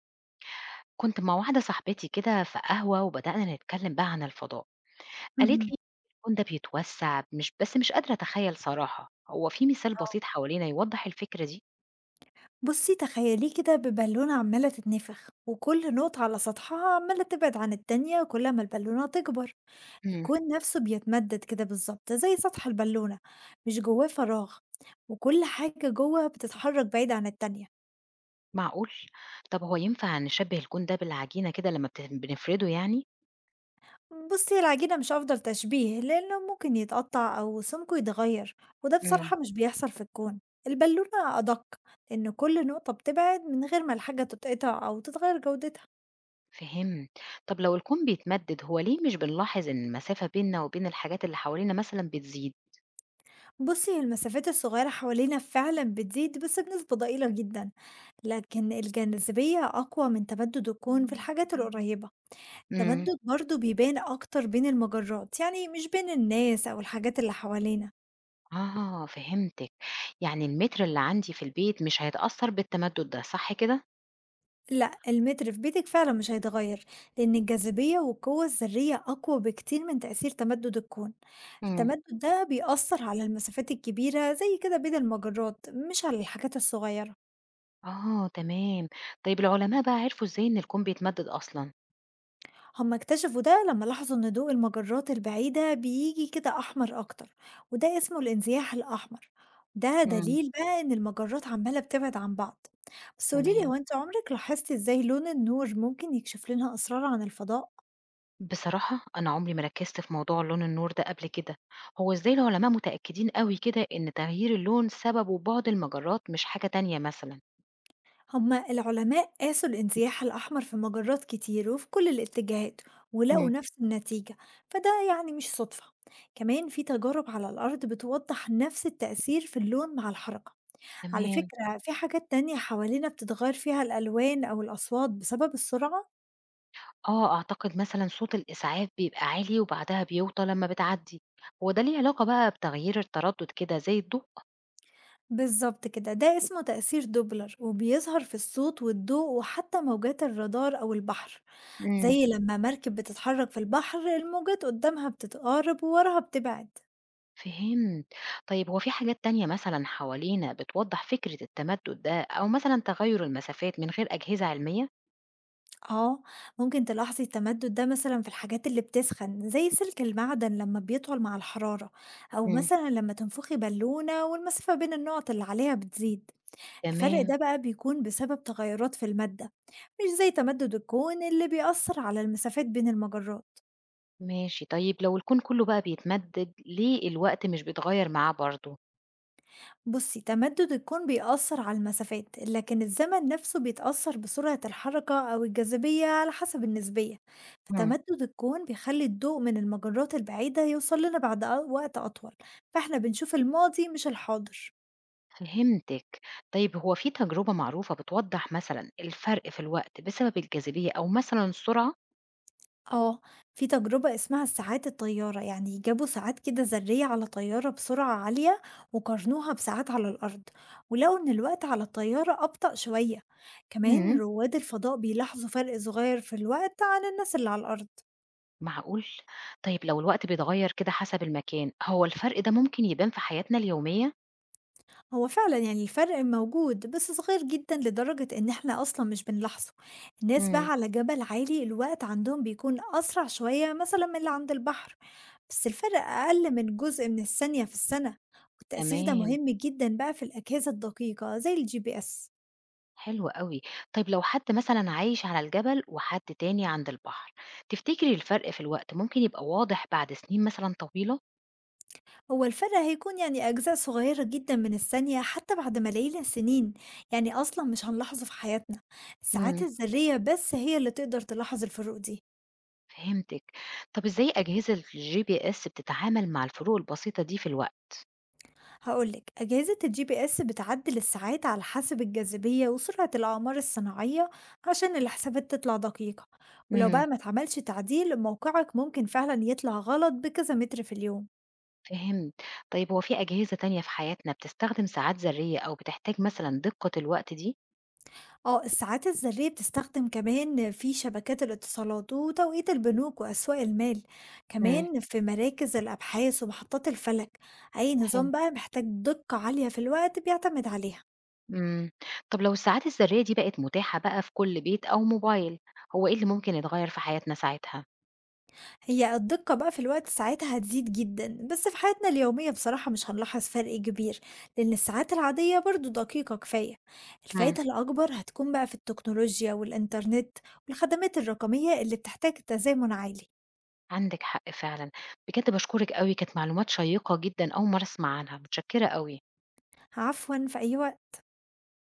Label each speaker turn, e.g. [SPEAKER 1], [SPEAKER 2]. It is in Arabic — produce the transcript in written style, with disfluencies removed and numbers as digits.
[SPEAKER 1] كنت مع واحدة صاحبتي كده في قهوة وبدأنا نتكلم بقى عن الفضاء. قالت
[SPEAKER 2] اهم.
[SPEAKER 1] لي الكون ده بيتوسع مش بس مش قادرة أتخيل صراحة. هو في مثال
[SPEAKER 2] آه.
[SPEAKER 1] بسيط حوالينا يوضح الفكرة دي؟
[SPEAKER 2] بُصّي تخيّليه كده ببالونة عمّالة تتنفخ، وكل نقطة على سطحها عمّالة تبعد عن التانية كل ما البالونة تكبر.
[SPEAKER 1] امم.
[SPEAKER 2] الكون نَفْسه بيتمدّد كده بالضبط زي سطح البالونة، مش جواه فراغ، وكل حاجة جوّه بتتحرّك بعيد عن التانية.
[SPEAKER 1] معقول. طب هو ينفع نشبه الكون ده بالعجينة كده لما بنفرده يعني؟
[SPEAKER 2] بُصّي، هي العجينة مش أفضل تشبيه لإنه ممكن يتقطّع أو سمكه يتغيّر، وده
[SPEAKER 1] امم.
[SPEAKER 2] بصراحة مش بيحصل في الكون. البالونة أدق، لإن كل نقطة بتبعد من غير ما الحاجة تتقطع أو تتغيّر جودتها.
[SPEAKER 1] فهمت. طب لو الكون بيتمدد هو ليه مش بنلاحظ إن المسافة بيننا وبين الحاجات اللي حوالينا مثلا بتزيد؟
[SPEAKER 2] بُصّي، هي المسافات الصغيرة حوالينا فعلًا بتزيد بس بنسبة ضئيلة جدًا، لكن الجاذبية أقوى من تمدد الكون في الحاجات القريبة.
[SPEAKER 1] امم.
[SPEAKER 2] التمدد برضه بيبان أكتر بين المجرات، يعني مش بين الناس أو الحاجات اللي حوالينا.
[SPEAKER 1] آه فهمتك. يعني المتر اللي عندي في البيت مش هيتأثر بالتمدد ده صح كده؟
[SPEAKER 2] لأ، المتر في بيتك فعلًا مش هيتغير، لأن الجاذبية والقوة الذرية أقوى بكتير من تأثير تمدد الكون.
[SPEAKER 1] مم.
[SPEAKER 2] التمدد ده بيأثر على المسافات الكبيرة زي كده بين المجرات مش على الحاجات الصغيرة.
[SPEAKER 1] آه تمام. طيب العلماء بقى عرفوا إزاي إن الكون بيتمدد أصلًا؟
[SPEAKER 2] هما اكتشفوا ده لما لاحظوا إن ضوء المجرات البعيدة بيجي كده أحمر أكتر، وده اسمه الانزياح الأحمر. ده
[SPEAKER 1] امم.
[SPEAKER 2] دليل بقى إن المجرات عمالة بتبعد عن بعض. بس قوليلي،
[SPEAKER 1] تمام.
[SPEAKER 2] هو انت عمرك لاحظتي ازاي لون النور ممكن يكشف لنا أسرار عن الفضاء؟
[SPEAKER 1] بصراحة أنا عمري ما ركزت في موضوع لون النور ده قبل كده، هو إزاي العلماء متأكدين أوي كده إن تغيير اللون سببه بُعد المجرات مش حاجة تانية مثلًا؟
[SPEAKER 2] هما العلماء قاسوا الانزياح الأحمر في مجرات كتير وفي كل الاتجاهات، ولقوا
[SPEAKER 1] امم.
[SPEAKER 2] نفس النتيجة. فده يعني مش صدفة. كمان في تجارب على الأرض بتوضح نفس التأثير في اللون مع الحركة. على
[SPEAKER 1] تمام.
[SPEAKER 2] فكرة، في حاجات تانية حوالينا بتتغير فيها الألوان أو الأصوات بسبب السرعة.
[SPEAKER 1] آه أعتقد مثلًا صوت الإسعاف بيبقى عالي وبعدها بيوطى لمّا بتعدي، هو ده ليه علاقة بقى بتغيير التردد كده زي الضوء؟
[SPEAKER 2] بالظبط كده، ده اسمه تأثير دوبلر وبيظهر في الصوت والضوء وحتى موجات الرادار أو البحر، زي لما مركب بتتحرك في البحر الموجات قدامها بتتقارب ووراها بتبعد.
[SPEAKER 1] فهمت. طيب هو في حاجات تانية مثلًا حوالينا بتوضّح فكرة التمدُّد ده أو مثلًا تغيُّر المسافات من غير أجهزة علمية؟
[SPEAKER 2] اه، ممكن تلاحظي التمدد ده مثلا في الحاجات اللي بتسخن زي سلك المعدن لما بيطول مع الحرارة، أو
[SPEAKER 1] إمم.
[SPEAKER 2] مثلا لما تنفخي بالونة والمسافة بين النقط اللي عليها بتزيد. الفرق
[SPEAKER 1] تمام.
[SPEAKER 2] ده بقى بيكون بسبب تغيرات في المادة، مش زي تمدد الكون اللي بيأثر على المسافات بين المجرات.
[SPEAKER 1] ماشي. طيب لو الكون كُلّه بقى بيتمدِّد، ليه الوقت مش بيتغيّر معاه برضه؟
[SPEAKER 2] بصي، تمدد الكون بيأثر على المسافات لكن الزمن نفسه بيتأثر بسرعة الحركة أو الجاذبية على حسب النسبية.
[SPEAKER 1] إمم.
[SPEAKER 2] فتمدد الكون بيخلي الضوء من المجرات البعيدة يوصل لنا بعد وقت أطول. فاحنا بنشوف الماضي مش الحاضر.
[SPEAKER 1] فهمتِك. طيب هو في تجربة معروفة بتوضّح مثلًا الفرق في الوقت بسبب الجاذبية أو مثلًا السرعة؟
[SPEAKER 2] آه، في تجربة اسمها الساعات الطيارة، يعني جابوا ساعات كده ذرية على طيارة بسرعة عالية وقارنوها بساعات على الأرض، ولقوا إن الوقت على الطيارة أبطأ شوية. كمان
[SPEAKER 1] إمم.
[SPEAKER 2] رواد الفضاء بيلاحظوا فرق صغير في الوقت عن الناس اللي على الأرض.
[SPEAKER 1] معقول! طيب لو الوقت بيتغيّر كده حسب المكان، هو الفرق ده ممكن يبان في حياتنا اليومية؟
[SPEAKER 2] هو فعلا يعني الفرق موجود بس صغير جدا لدرجة إن إحنا أصلا مش بنلاحظه. الناس بقى
[SPEAKER 1] إمم.
[SPEAKER 2] على جبل عالي الوقت عندهم بيكون أسرع شوية مثلا من اللي عند البحر، بس الفرق أقل من جزء من الثانية في السنة. والتأثير ده
[SPEAKER 1] تمام.
[SPEAKER 2] مهم جدا بقى في الأجهزة الدقيقة زي الGPS.
[SPEAKER 1] حلو أوي. طيب لو حد مثلًا عايش على الجبل وحد تاني عند البحر، تفتكري الفرق في الوقت ممكن يبقى واضح بعد سنين مثلًا طويلة؟
[SPEAKER 2] هو الفرق هيكون يعني أجزاء صغيرة جدا من الثانية حتى بعد ملايين السنين، يعني أصلا مش هنلاحظه في حياتنا. الساعات
[SPEAKER 1] إمم.
[SPEAKER 2] الذرية بس هي اللي تقدر تلاحظ الفروق دي.
[SPEAKER 1] فهمتِك. طب إزاي أجهزة الGPS بتتعامل مع الفروق البسيطة دي في الوقت؟
[SPEAKER 2] هقولك، أجهزة الGPS بتعدل الساعات على حسب الجاذبية وسرعة الأعمار الصناعية عشان الحسابات تطلع دقيقة. ولو
[SPEAKER 1] إمم.
[SPEAKER 2] بقى ما اتعملش تعديل موقعك ممكن فعلا يطلع غلط بكذا متر في اليوم.
[SPEAKER 1] فهمت. طيب هو في أجهزة تانية في حياتنا بتستخدم ساعات ذرية أو بتحتاج مثلًا دقة الوقت دي؟
[SPEAKER 2] آه، الساعات الذرية بتستخدم كمان في شبكات الاتصالات وتوقيت البنوك وأسواق المال،
[SPEAKER 1] إمم.
[SPEAKER 2] كمان في مراكز الأبحاث ومحطات الفلك. أي نظام
[SPEAKER 1] حلو.
[SPEAKER 2] بقى محتاج دقة عالية في الوقت بيعتمد عليها.
[SPEAKER 1] إمم. طب لو الساعات الذرية دي بقت متاحة بقى في كل بيت أو موبايل، هو إيه اللي ممكن يتغير في حياتنا ساعتها؟
[SPEAKER 2] هي الدقة بقى في الوقت ساعتها هتزيد جدا بس في حياتنا اليومية بصراحة مش هنلاحظ فرق كبير، لأن الساعات العادية برضو دقيقة كفاية.
[SPEAKER 1] إمم.
[SPEAKER 2] الفائدة الأكبر هتكون بقى في التكنولوجيا والإنترنت والخدمات الرقمية اللي بتحتاج تزامن عالي.
[SPEAKER 1] عندِك حق فعلًا، بجد باشكرِك أوي، كانت معلومات شيّقة جدًا أول مرّة أسمع عنها، متشكرة أوي.
[SPEAKER 2] عفوا، في أي وقت.